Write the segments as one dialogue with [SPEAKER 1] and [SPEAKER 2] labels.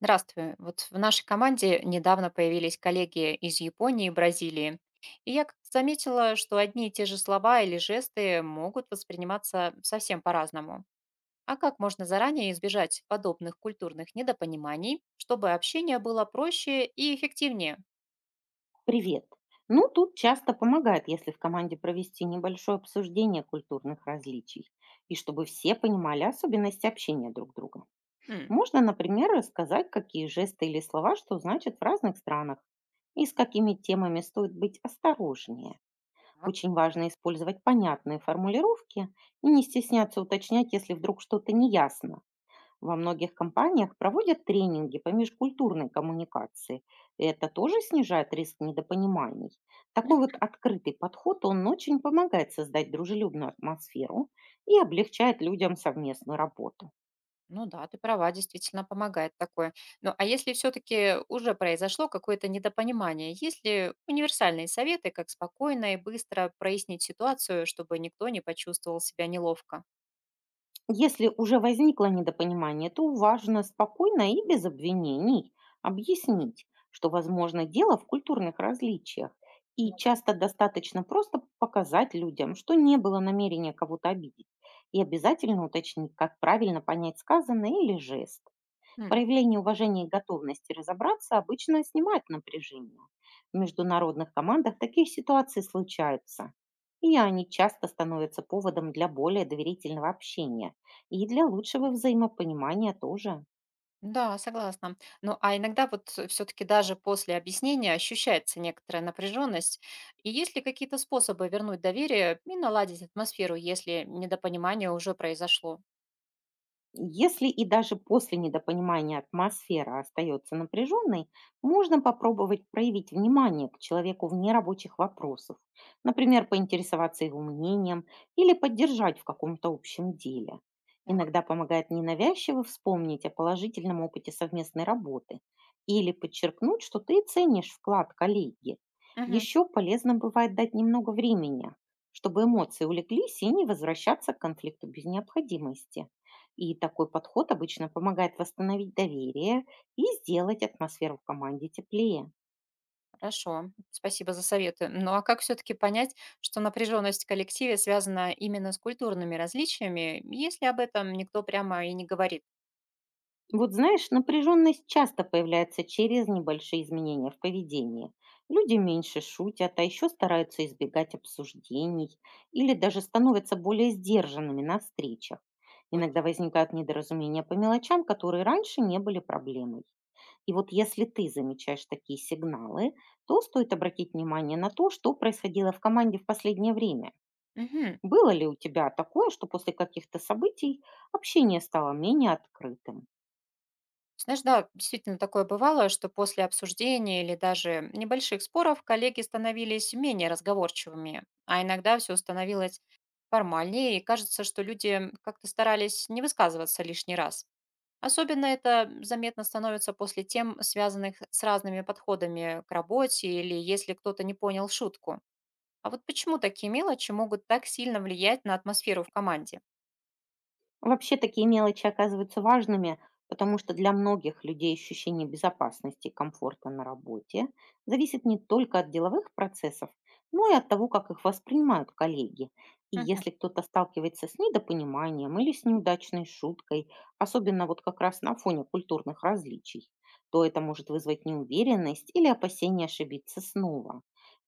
[SPEAKER 1] Здравствуй. Вот в нашей команде недавно появились коллеги из Японии и Бразилии. И я как-то заметила, что одни и те же слова или жесты могут восприниматься совсем по-разному. А как можно заранее избежать подобных культурных недопониманий, чтобы общение было проще и эффективнее?
[SPEAKER 2] Привет. Ну, тут часто помогает, если в команде провести небольшое обсуждение культурных различий, и чтобы все понимали особенности общения друг друга.
[SPEAKER 1] М,
[SPEAKER 2] Можно, например, рассказать, какие жесты или слова что значат в разных странах, и с какими темами стоит быть осторожнее.
[SPEAKER 1] так.
[SPEAKER 2] Очень важно использовать понятные формулировки и не стесняться уточнять, если вдруг что-то неясно. Во многих компаниях проводят тренинги по межкультурной коммуникации. И это тоже снижает риск недопониманий. Такой вот открытый подход, он очень помогает создать дружелюбную атмосферу и облегчает людям совместную работу.
[SPEAKER 1] Ну да, ты права, действительно помогает такое. Ну а если все-таки уже произошло какое-то недопонимание, есть ли универсальные советы, как спокойно и быстро прояснить ситуацию, чтобы никто не почувствовал себя неловко?
[SPEAKER 2] Если уже возникло недопонимание, то важно спокойно и без обвинений объяснить, что, возможно, дело в культурных различиях.
[SPEAKER 1] Ну
[SPEAKER 2] И
[SPEAKER 1] да.
[SPEAKER 2] часто достаточно просто показать людям, что не было намерения кого-то обидеть. И обязательно уточнить, как правильно понять сказанное или жест.
[SPEAKER 1] М,
[SPEAKER 2] Проявление уважения и готовности разобраться обычно снимает напряжение. В международных командах такие ситуации случаются, и они часто становятся поводом для более доверительного общения и для лучшего взаимопонимания тоже.
[SPEAKER 1] да, согласна. Ну а иногда вот все-таки даже после объяснения ощущается некоторая напряженность. И есть ли какие-то способы вернуть доверие и наладить атмосферу, если недопонимание уже произошло?
[SPEAKER 2] Если и даже после недопонимания атмосфера остается напряженной, можно попробовать проявить внимание к человеку в нерабочих вопросах, например, поинтересоваться его мнением или поддержать в каком-то общем деле. Иногда помогает ненавязчиво вспомнить о положительном опыте совместной работы или подчеркнуть, что ты ценишь вклад коллеги.
[SPEAKER 1] Да.
[SPEAKER 2] Еще полезно бывает дать немного времени, чтобы эмоции улеглись и не возвращаться к конфликту без необходимости. И такой подход обычно помогает восстановить доверие и сделать атмосферу в команде теплее.
[SPEAKER 1] Хорошо, спасибо за советы. Ну а как все-таки понять, что напряженность в коллективе связана именно с культурными различиями, если об этом никто прямо и не говорит?
[SPEAKER 2] Вот знаешь, напряженность часто появляется через небольшие изменения в поведении. Люди меньше шутят, а еще стараются избегать обсуждений или даже становятся более сдержанными на встречах.
[SPEAKER 1] Вот.
[SPEAKER 2] Иногда возникают недоразумения по мелочам, которые раньше не были проблемой. И вот если ты замечаешь такие сигналы, то стоит обратить внимание на то, что происходило в команде в последнее время.
[SPEAKER 1] Мгм.
[SPEAKER 2] Было ли у тебя такое, что после каких-то событий общение стало менее открытым?
[SPEAKER 1] Знаешь, да, действительно такое бывало, что после обсуждения или даже небольших споров коллеги становились менее разговорчивыми, а иногда все становилось формальнее, и кажется, что люди как-то старались не высказываться лишний раз. Особенно это заметно становится после тем, связанных с разными подходами к работе или если кто-то не понял шутку. А вот почему такие мелочи могут так сильно влиять на атмосферу в команде?
[SPEAKER 2] Вообще такие мелочи оказываются важными, потому что для многих людей ощущение безопасности и комфорта на работе зависит не только от деловых процессов, но и от того, как их воспринимают коллеги. И
[SPEAKER 1] Мгм.
[SPEAKER 2] если кто-то сталкивается с недопониманием или с неудачной шуткой, особенно вот как раз на фоне культурных различий, то это может вызвать неуверенность или опасение ошибиться снова.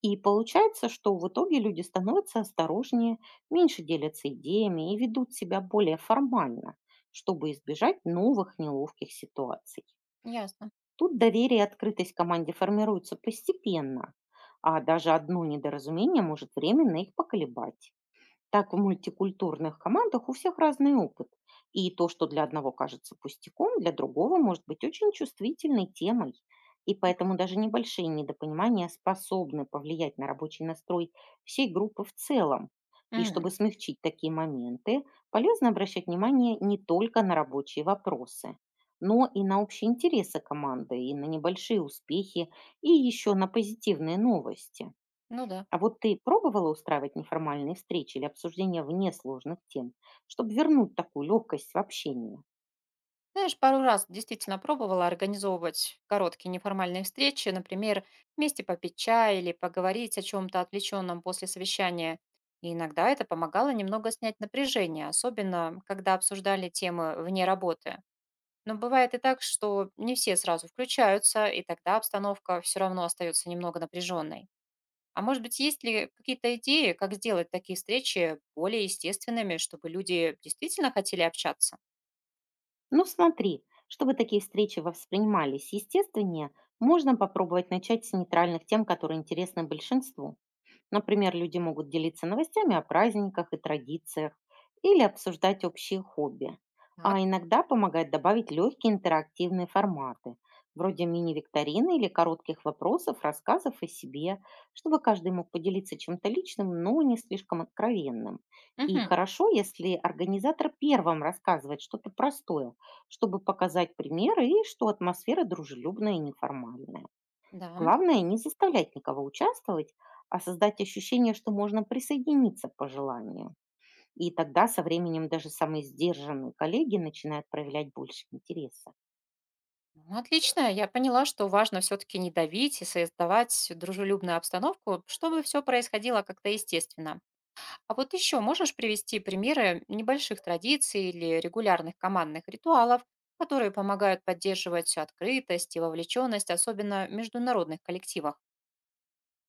[SPEAKER 2] И получается, что в итоге люди становятся осторожнее, меньше делятся идеями и ведут себя более формально, чтобы избежать новых неловких ситуаций.
[SPEAKER 1] Ясно.
[SPEAKER 2] Тут доверие и открытость команде формируются постепенно, а даже одно недоразумение может временно их поколебать. Так в мультикультурных командах у всех разный опыт. И то, что для одного кажется пустяком, для другого может быть очень чувствительной темой. И поэтому
[SPEAKER 1] Согласна.
[SPEAKER 2] даже небольшие недопонимания способны повлиять на рабочий настрой всей группы в целом. И
[SPEAKER 1] М,
[SPEAKER 2] чтобы смягчить такие моменты, полезно обращать внимание не только на рабочие вопросы, но и на общие интересы команды, и на небольшие успехи, и еще на позитивные новости.
[SPEAKER 1] Ну да.
[SPEAKER 2] А вот ты пробовала устраивать неформальные встречи или обсуждения вне сложных тем, чтобы вернуть такую легкость в общении?
[SPEAKER 1] Знаешь, пару раз действительно пробовала организовывать короткие неформальные встречи, например, вместе попить чай или поговорить о чем-то отвлеченном после совещания. И иногда это помогало немного снять напряжение, особенно когда обсуждали темы вне работы. Но бывает и так, что не все сразу включаются, и тогда обстановка все равно остается немного напряженной. А может быть, есть ли какие-то идеи, как сделать такие встречи более естественными, чтобы люди действительно хотели общаться?
[SPEAKER 2] Ну смотри, чтобы такие встречи воспринимались естественнее, можно попробовать начать с нейтральных тем, которые интересны большинству. Например, люди могут делиться новостями о праздниках и традициях или обсуждать общие хобби.
[SPEAKER 1] Так.
[SPEAKER 2] А иногда помогает добавить легкие интерактивные форматы, вроде мини-викторины или коротких вопросов, рассказов о себе, чтобы каждый мог поделиться чем-то личным, но не слишком откровенным. И
[SPEAKER 1] Мгм.
[SPEAKER 2] хорошо, если организатор первым рассказывает что-то простое, чтобы показать примеры и что атмосфера дружелюбная и неформальная.
[SPEAKER 1] Да.
[SPEAKER 2] Главное не заставлять никого участвовать, а создать ощущение, что можно присоединиться по желанию. И тогда со временем даже самые сдержанные коллеги начинают проявлять больше интереса.
[SPEAKER 1] Ну, отлично. Я поняла, что важно все-таки не давить и создавать дружелюбную обстановку, чтобы все происходило как-то естественно. А вот еще можешь привести примеры небольших традиций или регулярных командных ритуалов, которые помогают поддерживать открытость и вовлеченность, особенно в международных коллективах?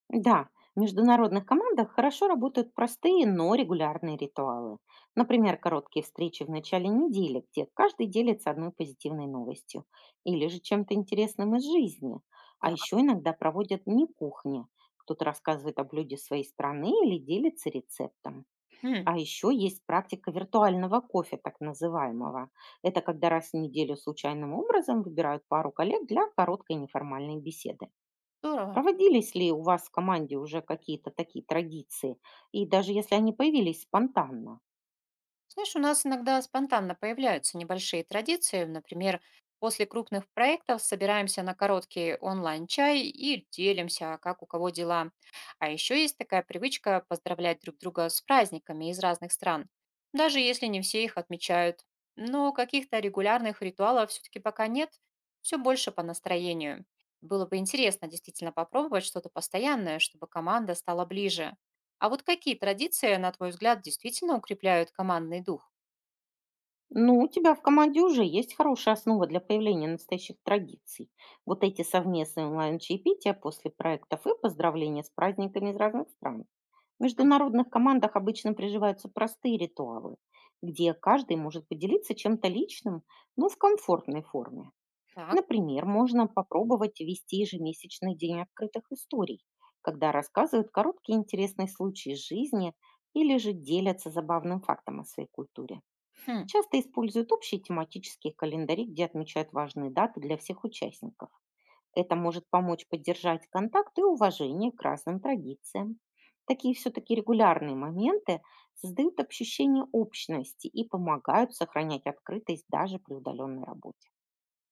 [SPEAKER 2] Да, в международных командах хорошо работают простые, но регулярные ритуалы. Например, короткие встречи в начале недели, где каждый делится одной позитивной новостью или же чем-то интересным из жизни. А
[SPEAKER 1] Так,
[SPEAKER 2] еще иногда проводят не кухни. Кто-то рассказывает о блюде своей страны или делится рецептом.
[SPEAKER 1] м,
[SPEAKER 2] А еще есть практика виртуального кофе, так называемого. Это когда раз в неделю случайным образом выбирают пару коллег для короткой неформальной беседы.
[SPEAKER 1] здорово.
[SPEAKER 2] Проводились ли у вас в команде уже какие-то такие традиции? И даже если они появились спонтанно?
[SPEAKER 1] Знаешь, у нас иногда спонтанно появляются небольшие традиции. Например, после крупных проектов собираемся на короткий онлайн-чай и делимся, как у кого дела. А еще есть такая привычка поздравлять друг друга с праздниками из разных стран, даже если не все их отмечают. Но каких-то регулярных ритуалов все-таки пока нет, все больше по настроению. Было бы интересно действительно попробовать что-то постоянное, чтобы команда стала ближе. А вот какие традиции, на твой взгляд, действительно укрепляют командный дух?
[SPEAKER 2] Ну, у тебя в команде уже есть хорошая основа для появления настоящих традиций. Вот эти совместные онлайн-чаепития после проектов и поздравления с праздниками из разных стран. В
[SPEAKER 1] Мгм.
[SPEAKER 2] международных командах обычно приживаются простые ритуалы, где каждый может поделиться чем-то личным, но в комфортной форме.
[SPEAKER 1] Так,
[SPEAKER 2] Например, можно попробовать вести ежемесячный день открытых историй, когда рассказывают короткие интересные случаи из жизни или же делятся забавным фактом о своей культуре.
[SPEAKER 1] м,
[SPEAKER 2] Часто используют общие тематические календари, где отмечают важные даты для всех участников. Это может помочь поддержать контакт и уважение к разным традициям. Такие все-таки регулярные моменты создают ощущение общности и помогают сохранять открытость даже при удаленной работе.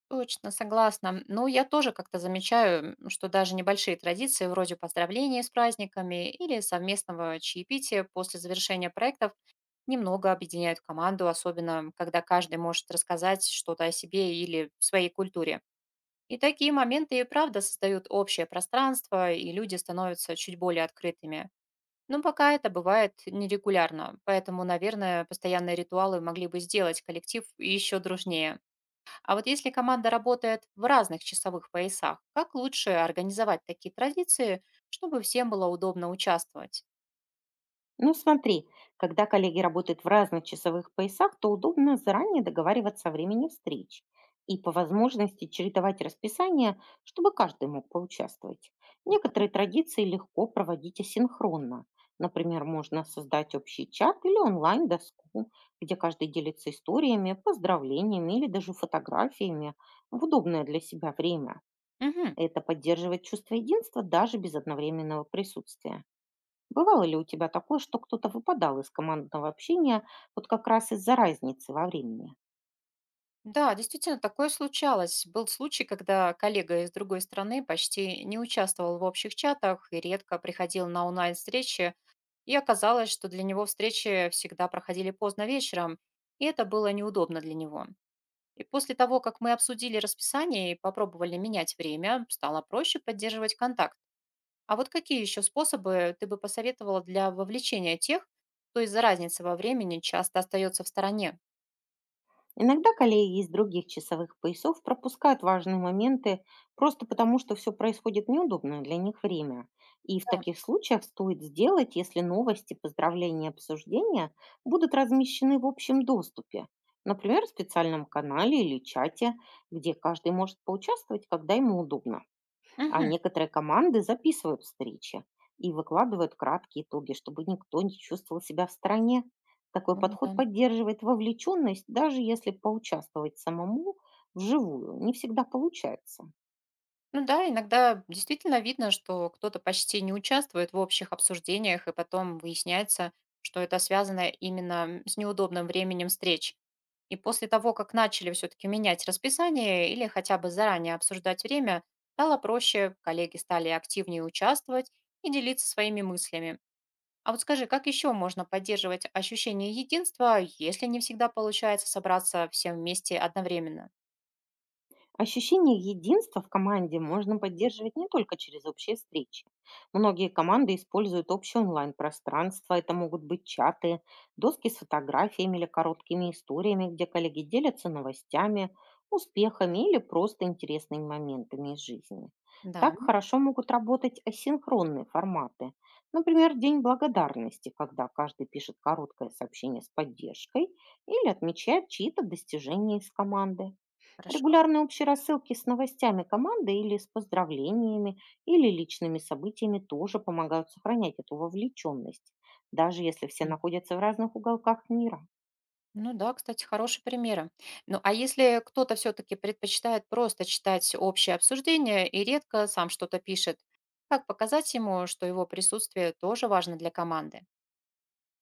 [SPEAKER 1] точно, согласна. Ну, я тоже как-то замечаю, что даже небольшие традиции вроде поздравления с праздниками или совместного чаепития после завершения проектов немного объединяют команду, особенно когда каждый может рассказать что-то о себе или своей культуре. И такие моменты и правда создают общее пространство, и люди становятся чуть более открытыми. Но пока это бывает нерегулярно, поэтому, наверное, постоянные ритуалы могли бы сделать коллектив еще дружнее. А вот если команда работает в разных часовых поясах, как лучше организовать такие традиции, чтобы всем было удобно участвовать?
[SPEAKER 2] Ну, смотри, когда коллеги работают в разных часовых поясах, то удобно заранее договариваться о времени встреч и по возможности чередовать расписание, чтобы каждый мог поучаствовать.
[SPEAKER 1] Да.
[SPEAKER 2] Некоторые традиции легко проводить асинхронно. Например, можно создать общий чат или онлайн-доску, где каждый делится историями, поздравлениями или даже фотографиями в удобное для себя время.
[SPEAKER 1] Мгм.
[SPEAKER 2] Это поддерживает чувство единства даже без одновременного присутствия. Бывало ли у тебя такое, что кто-то выпадал из командного общения вот как раз из-за разницы во времени?
[SPEAKER 1] Да, действительно, такое случалось. Был случай, когда коллега из другой страны почти не участвовал в общих чатах и редко приходил на онлайн-встречи. И оказалось, что для него встречи всегда проходили поздно вечером, и это было неудобно для него. И после того, как мы обсудили расписание и попробовали менять время, стало проще поддерживать контакт. А вот какие еще способы ты бы посоветовала для вовлечения тех, кто из-за разницы во времени часто остается в стороне?
[SPEAKER 2] Иногда коллеги из других часовых поясов пропускают важные моменты просто потому, что все происходит в неудобное для них время. И в
[SPEAKER 1] Да.
[SPEAKER 2] таких случаях стоит сделать, если новости, поздравления, обсуждения будут размещены в общем доступе. Например, в специальном канале или чате, где каждый может поучаствовать, когда ему удобно. А
[SPEAKER 1] Мгм.
[SPEAKER 2] некоторые команды записывают встречи и выкладывают краткие итоги, чтобы никто не чувствовал себя в стороне. Такой
[SPEAKER 1] Ну да.
[SPEAKER 2] подход поддерживает вовлеченность, даже если поучаствовать самому вживую не всегда получается.
[SPEAKER 1] Ну да, иногда действительно видно, что кто-то почти не участвует в общих обсуждениях, и потом выясняется, что это связано именно с неудобным временем встреч. И после того, как начали все-таки менять расписание или хотя бы заранее обсуждать время, стало проще, коллеги стали активнее участвовать и делиться своими мыслями. А вот скажи, как еще можно поддерживать ощущение единства, если не всегда получается собраться всем вместе одновременно?
[SPEAKER 2] Ощущение единства в команде можно поддерживать не только через общие встречи. Многие команды используют общее онлайн-пространство. Это могут быть чаты, доски с фотографиями или короткими историями, где коллеги делятся новостями, успехами или просто интересными моментами из жизни.
[SPEAKER 1] Да,
[SPEAKER 2] Так хорошо могут работать асинхронные форматы. Например, День благодарности, когда каждый пишет короткое сообщение с поддержкой или отмечает чьи-то достижения из команды.
[SPEAKER 1] хорошо.
[SPEAKER 2] Регулярные общие рассылки с новостями команды или с поздравлениями или личными событиями тоже помогают сохранять эту вовлеченность, даже если все
[SPEAKER 1] М.
[SPEAKER 2] находятся в разных уголках мира.
[SPEAKER 1] Ну да, кстати, хорошие примеры. Ну а если кто-то все-таки предпочитает просто читать общее обсуждение и редко сам что-то пишет, как показать ему, что его присутствие тоже важно для команды?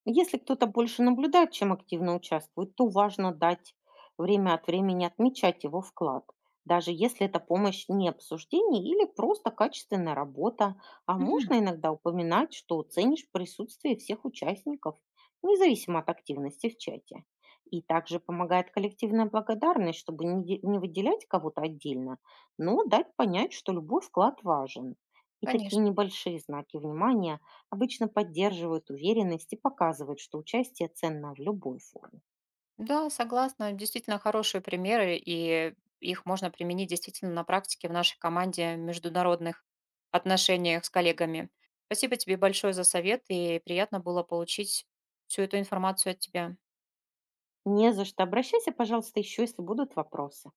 [SPEAKER 2] Если кто-то больше наблюдает, чем активно участвует, то важно дать время от времени отмечать его вклад, даже если это помощь не обсуждение или просто качественная работа. А
[SPEAKER 1] Мгм.
[SPEAKER 2] можно иногда упоминать, что ценишь присутствие всех участников, независимо от активности в чате. И также помогает коллективная благодарность, чтобы не выделять кого-то отдельно, но дать понять, что любой вклад важен. И такие
[SPEAKER 1] Конечно.
[SPEAKER 2] небольшие знаки внимания обычно поддерживают уверенность и показывают, что участие ценно в любой форме.
[SPEAKER 1] Да, согласна. Действительно хорошие примеры, и их можно применить действительно на практике в нашей команде в международных отношениях с коллегами. Спасибо тебе большое за совет, и приятно было получить всю эту информацию от тебя.
[SPEAKER 2] Не за что. Обращайся, пожалуйста, еще, если будут вопросы.